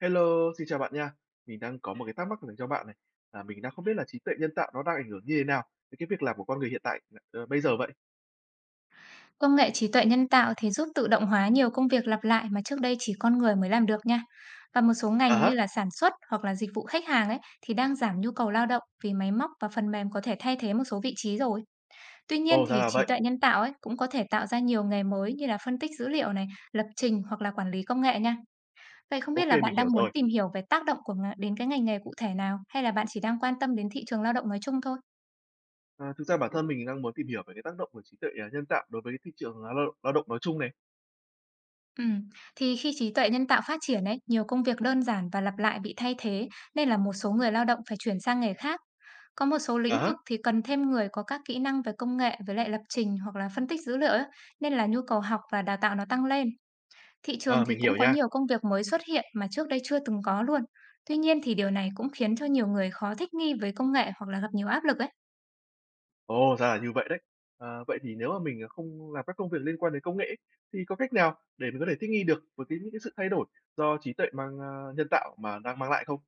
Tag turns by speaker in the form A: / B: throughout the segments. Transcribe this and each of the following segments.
A: Hello, xin chào bạn nha. Mình đang có một cái thắc mắc dành cho bạn này. Là mình đang không biết là trí tuệ nhân tạo nó đang ảnh hưởng như thế nào đến cái việc làm của con người hiện tại, bây giờ vậy?
B: Công nghệ trí tuệ nhân tạo thì giúp tự động hóa nhiều công việc lặp lại mà trước đây chỉ con người mới làm được nha. Và một số ngành
A: À
B: như
A: há,
B: là sản xuất hoặc là dịch vụ khách hàng ấy thì đang giảm nhu cầu lao động vì máy móc và phần mềm có thể thay thế một số vị trí rồi. Tuy nhiên
A: ồ, ra
B: thì
A: là
B: trí
A: vậy.
B: tuệ nhân tạo ấy cũng có thể tạo ra nhiều nghề mới như là phân tích dữ liệu này, lập trình hoặc là quản lý công nghệ nha. Vậy không biết
A: OK,
B: là
A: mình
B: bạn
A: hiểu
B: đang muốn
A: rồi.
B: tìm hiểu về tác động của đến cái ngành nghề cụ thể nào hay là bạn chỉ đang quan tâm đến thị trường lao động nói chung thôi?
A: Ờ, Thực ra bản thân mình đang muốn tìm hiểu về cái tác động của trí tuệ, à, nhân tạo đối với cái thị trường, à, lao động nói chung này.
B: Ừm, thì khi trí tuệ nhân tạo phát triển ấy, nhiều công việc đơn giản và lặp lại bị thay thế nên là một số người lao động phải chuyển sang nghề khác. Có một số lĩnh
A: À
B: vực
A: há,
B: thì cần thêm người có các kỹ năng về công nghệ với lại lập trình hoặc là phân tích dữ liệu ấy, nên là nhu cầu học và đào tạo nó tăng lên. Thị trường
A: ờ,
B: thì
A: mình
B: cũng
A: hiểu
B: có
A: nha.
B: nhiều công việc mới xuất hiện mà trước đây chưa từng có luôn. Tuy nhiên thì điều này cũng khiến cho nhiều người khó thích nghi với công nghệ hoặc là gặp nhiều áp lực ấy.
A: Ồ, ra là như vậy đấy. Ờ, vậy thì nếu mà mình, à, không làm các công việc liên quan đến công nghệ thì có cách nào để mình có thể thích nghi được với những cái sự thay đổi do trí tuệ mang, a nhân tạo mà đang mang lại không?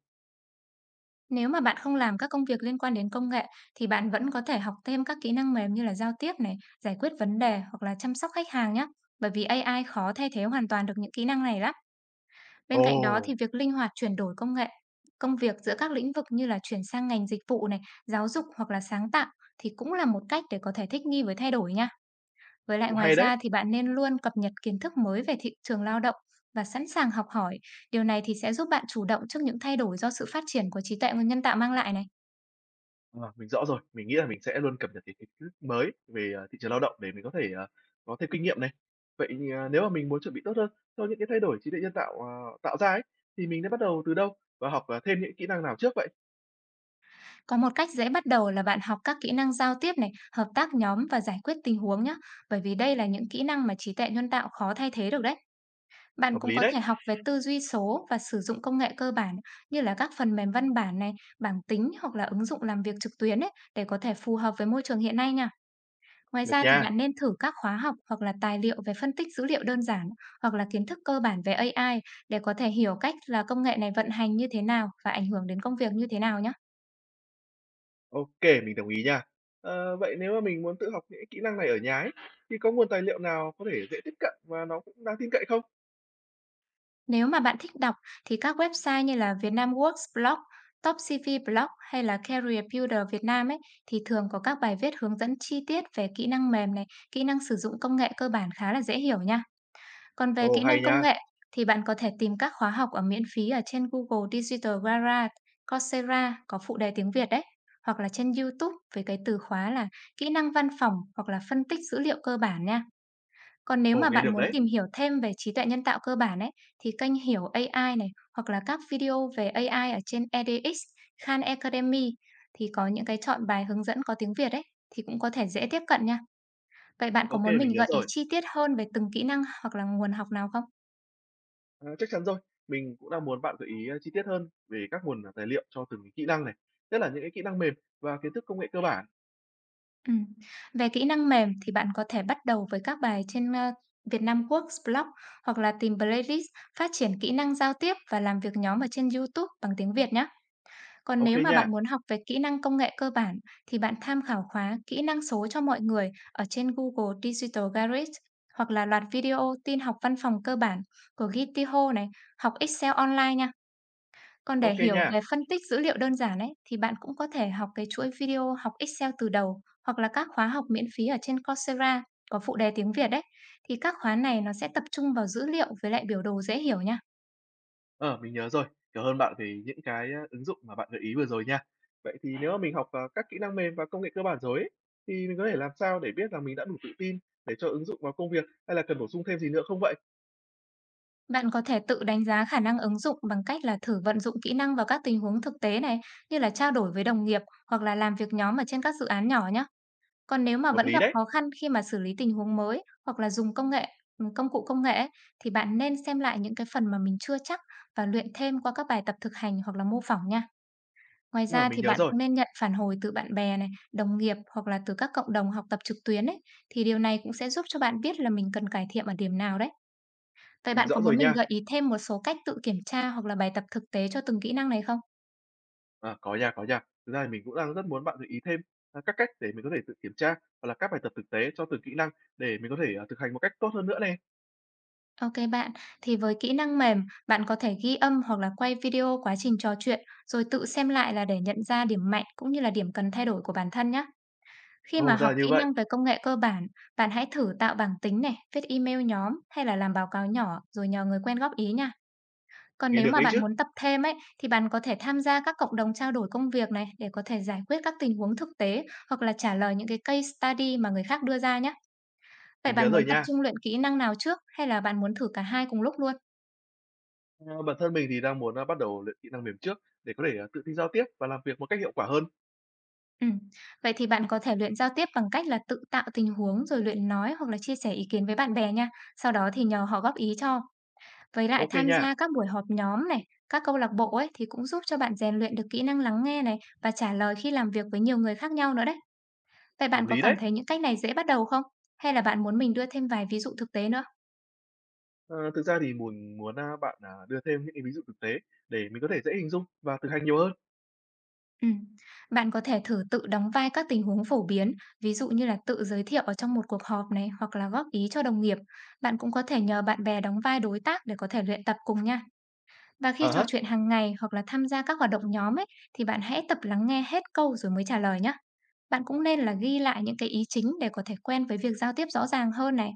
B: Nếu mà bạn không làm các công việc liên quan đến công nghệ thì bạn vẫn có thể học thêm các kỹ năng mềm như là giao tiếp này, giải quyết vấn đề hoặc là chăm sóc khách hàng nhé. Bởi vì AI khó thay thế hoàn toàn được những kỹ năng này lắm. Bên cạnh đó thì
A: Ồ,
B: việc linh hoạt chuyển đổi công nghệ, công việc giữa các lĩnh vực như là chuyển sang ngành dịch vụ này, giáo dục hoặc là sáng tạo thì cũng là một cách để có thể thích nghi với thay đổi nha. Với lại
A: cũng
B: ngoài
A: hay đấy.
B: ra thì bạn nên luôn cập nhật kiến thức mới về thị trường lao động và sẵn sàng học hỏi. Điều này thì sẽ giúp bạn chủ động trước những thay đổi do sự phát triển của trí tuệ nhân tạo mang lại này.
A: Ờ, mình rõ rồi. Mình nghĩ là mình sẽ luôn cập nhật những kiến thức mới về, à, thị trường lao động để mình có thể, à, có thêm kinh nghiệm này. Vậy, à, nếu mà mình muốn chuẩn bị tốt hơn cho những cái thay đổi trí tuệ nhân tạo, ờ, tạo ra ấy, thì mình nên bắt đầu từ đâu và học, à, thêm những kỹ năng nào trước vậy?
B: Có một cách dễ bắt đầu là bạn học các kỹ năng giao tiếp này, hợp tác nhóm và giải quyết tình huống nhé, bởi vì đây là những kỹ năng mà trí tuệ nhân tạo khó thay thế được đấy. Bạn
A: Hợp
B: cũng
A: lý
B: có
A: đấy.
B: thể học về tư duy số và sử dụng công nghệ cơ bản như là các phần mềm văn bản này, bảng tính hoặc là ứng dụng làm việc trực tuyến ấy, để có thể phù hợp với môi trường hiện nay nha. Ngoài
A: Được
B: ra thì
A: nha.
B: bạn nên thử các khóa học hoặc là tài liệu về phân tích dữ liệu đơn giản hoặc là kiến thức cơ bản về AI để có thể hiểu cách là công nghệ này vận hành như thế nào và ảnh hưởng đến công việc như thế nào nhé.
A: OK, mình đồng ý nha. Ờ, vậy nếu mà mình muốn tự học những kỹ năng này ở nhà ấy, thì có nguồn tài liệu nào có thể dễ tiếp cận và nó cũng đáng tin cậy không?
B: Nếu mà bạn thích đọc thì các website như là Vietnamworks Blog, Topcv Blog hay là Career Builder Việt Nam ấy thì thường có các bài viết hướng dẫn chi tiết về kỹ năng mềm này, kỹ năng sử dụng công nghệ cơ bản khá là dễ hiểu nha. Còn về
A: Ồ,
B: kỹ
A: hay
B: năng công
A: nha.
B: nghệ thì bạn có thể tìm các khóa học ở miễn phí ở trên Google Digital Garage, Coursera có phụ đề tiếng Việt đấy, hoặc là trên YouTube với cái từ khóa là kỹ năng văn phòng hoặc là phân tích dữ liệu cơ bản nha. Còn nếu
A: Ồ,
B: mà
A: nghe
B: bạn
A: được
B: muốn
A: đấy.
B: tìm hiểu thêm về trí tuệ nhân tạo cơ bản ấy, thì kênh Hiểu AI này hoặc là các video về AI ở trên edX, Khan Academy thì có những cái chọn bài hướng dẫn có tiếng Việt ấy thì cũng có thể dễ tiếp cận nha. Vậy bạn có
A: OK,
B: muốn
A: mình
B: mình
A: nhớ
B: gợi ý
A: rồi.
B: chi tiết hơn về từng kỹ năng hoặc là nguồn học nào không?
A: Ờ, chắc chắn rồi. Mình cũng đang muốn bạn gợi ý, ơ, chi tiết hơn về các nguồn, à, tài liệu cho từng cái kỹ năng này, nhất là những cái kỹ năng mềm và kiến thức công nghệ cơ bản.
B: Ừ. Về kỹ năng mềm thì bạn có thể bắt đầu với các bài trên Việt Nam Works Blog hoặc là tìm playlist phát triển kỹ năng giao tiếp và làm việc nhóm ở trên YouTube bằng tiếng Việt nhé. Còn
A: Ok
B: nếu mà
A: nha,
B: bạn muốn học về kỹ năng công nghệ cơ bản thì bạn tham khảo khóa Kỹ năng số cho mọi người ở trên Google Digital Garage hoặc là loạt video tin học văn phòng cơ bản của Gitiho này, học Excel online nha. Còn để
A: ok
B: hiểu
A: nha.
B: về phân tích dữ liệu đơn giản ấy thì bạn cũng có thể học cái chuỗi video học Excel từ đầu hoặc là các khóa học miễn phí ở trên Coursera có phụ đề tiếng Việt đấy. Thì các khóa này nó sẽ tập trung vào dữ liệu với lại biểu đồ dễ hiểu nha.
A: Ờ, mình nhớ rồi. Cảm ơn bạn về những cái, a, ứng dụng mà bạn gợi ý vừa rồi nha. Vậy thì nếu mà mình học, à, các kỹ năng mềm và công nghệ cơ bản rồi ấy, thì mình có thể làm sao để biết rằng mình đã đủ tự tin để cho ứng dụng vào công việc hay là cần bổ sung thêm gì nữa không vậy?
B: Bạn có thể tự đánh giá khả năng ứng dụng bằng cách là thử vận dụng kỹ năng vào các tình huống thực tế này, như là trao đổi với đồng nghiệp hoặc là làm việc nhóm ở trên các dự án nhỏ nhé. Còn nếu mà
A: Hợp
B: vẫn
A: lý
B: gặp
A: đấy.
B: khó khăn khi mà xử lý tình huống mới hoặc là dùng công nghệ, công cụ công nghệ ấy, thì bạn nên xem lại những cái phần mà mình chưa chắc và luyện thêm qua các bài tập thực hành hoặc là mô phỏng nha. Ngoài
A: Ờ,
B: ra
A: mình
B: thì
A: nhớ
B: bạn
A: rồi,
B: cũng nên nhận phản hồi từ bạn bè này, đồng nghiệp hoặc là từ các cộng đồng học tập trực tuyến ấy, thì điều này cũng sẽ giúp cho bạn biết là mình cần cải thiện ở điểm nào đấy. Vậy
A: mình
B: bạn có
A: rõ
B: muốn
A: rồi
B: mình
A: nha.
B: gợi ý thêm một số cách tự kiểm tra hoặc là bài tập thực tế cho từng kỹ năng này không?
A: À, có nha, có nha. Thực ra thì mình cũng đang rất muốn bạn gợi ý thêm, à, các cách để mình có thể tự kiểm tra hoặc là các bài tập thực tế cho từng kỹ năng để mình có thể, ờ, thực hành một cách tốt hơn nữa nè.
B: OK bạn, thì với kỹ năng mềm, bạn có thể ghi âm hoặc là quay video quá trình trò chuyện, rồi tự xem lại là để nhận ra điểm mạnh cũng như là điểm cần thay đổi của bản thân nhé. Khi mà
A: Ồ, ra
B: học
A: là như
B: kỹ
A: vậy,
B: năng về công nghệ cơ bản, bạn hãy thử tạo bảng tính này, viết email nhóm hay là làm báo cáo nhỏ rồi nhờ người quen góp ý nha. Còn
A: nghe
B: nếu
A: được
B: mà
A: đấy
B: bạn
A: chứ.
B: muốn tập thêm ấy, thì bạn có thể tham gia các cộng đồng trao đổi công việc này để có thể giải quyết các tình huống thực tế hoặc là trả lời những cái case study mà người khác đưa ra nhé. Vậy
A: Mình nhớ
B: bạn muốn
A: rồi
B: tập
A: nha.
B: trung luyện kỹ năng nào trước hay là bạn muốn thử cả hai cùng lúc luôn?
A: Ờ, bản thân mình thì đang muốn, a, bắt đầu luyện kỹ năng mềm trước để có thể, ờ, tự tin giao tiếp và làm việc một cách hiệu quả hơn.
B: Ừ. Vậy thì bạn có thể luyện giao tiếp bằng cách là tự tạo tình huống rồi luyện nói hoặc là chia sẻ ý kiến với bạn bè nha. Sau đó thì nhờ họ góp ý cho. Với lại
A: Ok
B: tham
A: nha,
B: gia các buổi họp nhóm này, các câu lạc bộ ấy thì cũng giúp cho bạn rèn luyện được kỹ năng lắng nghe này và trả lời khi làm việc với nhiều người khác nhau nữa đấy. Vậy
A: hợp
B: bạn có
A: lý
B: cảm
A: đấy.
B: thấy những cách này dễ bắt đầu không? Hay là bạn muốn mình đưa thêm vài ví dụ thực tế nữa?
A: Ờ, Thực ra thì mình muốn, a, bạn, à, đưa thêm những cái ví dụ thực tế để mình có thể dễ hình dung và thực hành nhiều hơn.
B: Ừm, bạn có thể thử tự đóng vai các tình huống phổ biến, ví dụ như là tự giới thiệu ở trong một cuộc họp này hoặc là góp ý cho đồng nghiệp. Bạn cũng có thể nhờ bạn bè đóng vai đối tác để có thể luyện tập cùng nha. Và khi
A: À
B: trò
A: há,
B: chuyện hàng ngày hoặc là tham gia các hoạt động nhóm ấy, thì bạn hãy tập lắng nghe hết câu rồi mới trả lời nhé. Bạn cũng nên là ghi lại những cái ý chính để có thể quen với việc giao tiếp rõ ràng hơn này.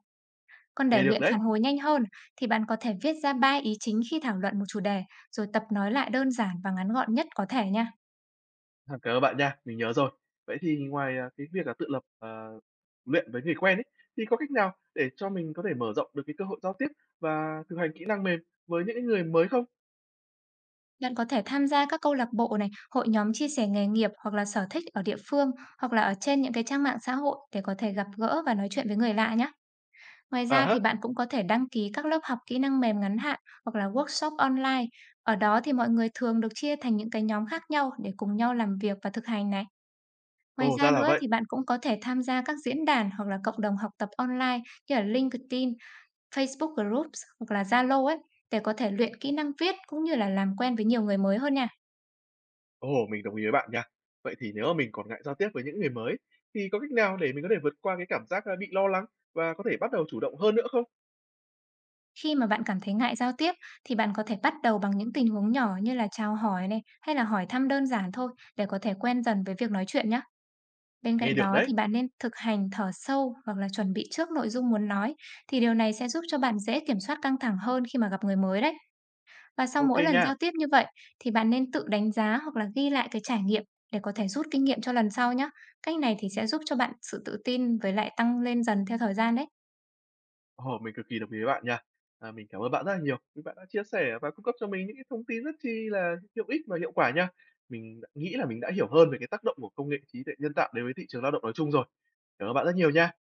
B: Còn để
A: nghe được
B: luyện
A: đấy.
B: phản hồi nhanh hơn thì bạn có thể viết ra 3 ý chính khi thảo luận một chủ đề, rồi tập nói lại đơn giản và ngắn gọn nhất có thể nha.
A: À, cảm ơn bạn nha, mình nhớ rồi. Vậy thì ngoài, à, cái việc là tự lập, ờ, luyện với người quen ấy, thì có cách nào để cho mình có thể mở rộng được cái cơ hội giao tiếp và thực hành kỹ năng mềm với những cái người mới không?
B: Bạn có thể tham gia các câu lạc bộ này, hội nhóm chia sẻ nghề nghiệp hoặc là sở thích ở địa phương hoặc là ở trên những cái trang mạng xã hội để có thể gặp gỡ và nói chuyện với người lạ nhé. Ngoài
A: À
B: ra thì
A: hả
B: bạn cũng có thể đăng ký các lớp học kỹ năng mềm ngắn hạn hoặc là workshop online. Ở đó thì mọi người thường được chia thành những cái nhóm khác nhau để cùng nhau làm việc và thực hành này. Ngoài
A: ồ,
B: ra
A: ra là
B: nữa
A: vậy.
B: thì bạn cũng có thể tham gia các diễn đàn hoặc là cộng đồng học tập online như là LinkedIn, Facebook Groups hoặc là Zalo ấy để có thể luyện kỹ năng viết cũng như là làm quen với nhiều người mới hơn nha.
A: Ồ, mình đồng ý với bạn nha. Vậy thì nếu mà mình còn ngại giao tiếp với những người mới, thì có cách nào để mình có thể vượt qua cái cảm giác, a, bị lo lắng và có thể bắt đầu chủ động hơn nữa không?
B: Khi mà bạn cảm thấy ngại giao tiếp thì bạn có thể bắt đầu bằng những tình huống nhỏ như là chào hỏi này hay là hỏi thăm đơn giản thôi để có thể quen dần với việc nói chuyện nhé. Bên
A: Nghe
B: cạnh
A: được
B: đó
A: đấy.
B: thì bạn nên thực hành thở sâu hoặc là chuẩn bị trước nội dung muốn nói thì điều này sẽ giúp cho bạn dễ kiểm soát căng thẳng hơn khi mà gặp người mới đấy. Và sau
A: Ok
B: mỗi lần giao
A: nha.
B: tiếp như vậy thì bạn nên tự đánh giá hoặc là ghi lại cái trải nghiệm để có thể rút kinh nghiệm cho lần sau nhé. Cách này thì sẽ giúp cho bạn sự tự tin với lại tăng lên dần theo thời gian đấy.
A: Ồ, mình cực kỳ đồng ý với bạn nha. À, mình cảm ơn bạn rất là nhiều vì bạn đã chia sẻ và cung cấp cho mình những cái thông tin rất chi là hữu ích và hiệu quả nha. Mình đã nghĩ là mình đã hiểu hơn về cái tác động của công nghệ trí tuệ nhân tạo đối với thị trường lao động nói chung rồi. Cảm ơn bạn rất nhiều nha.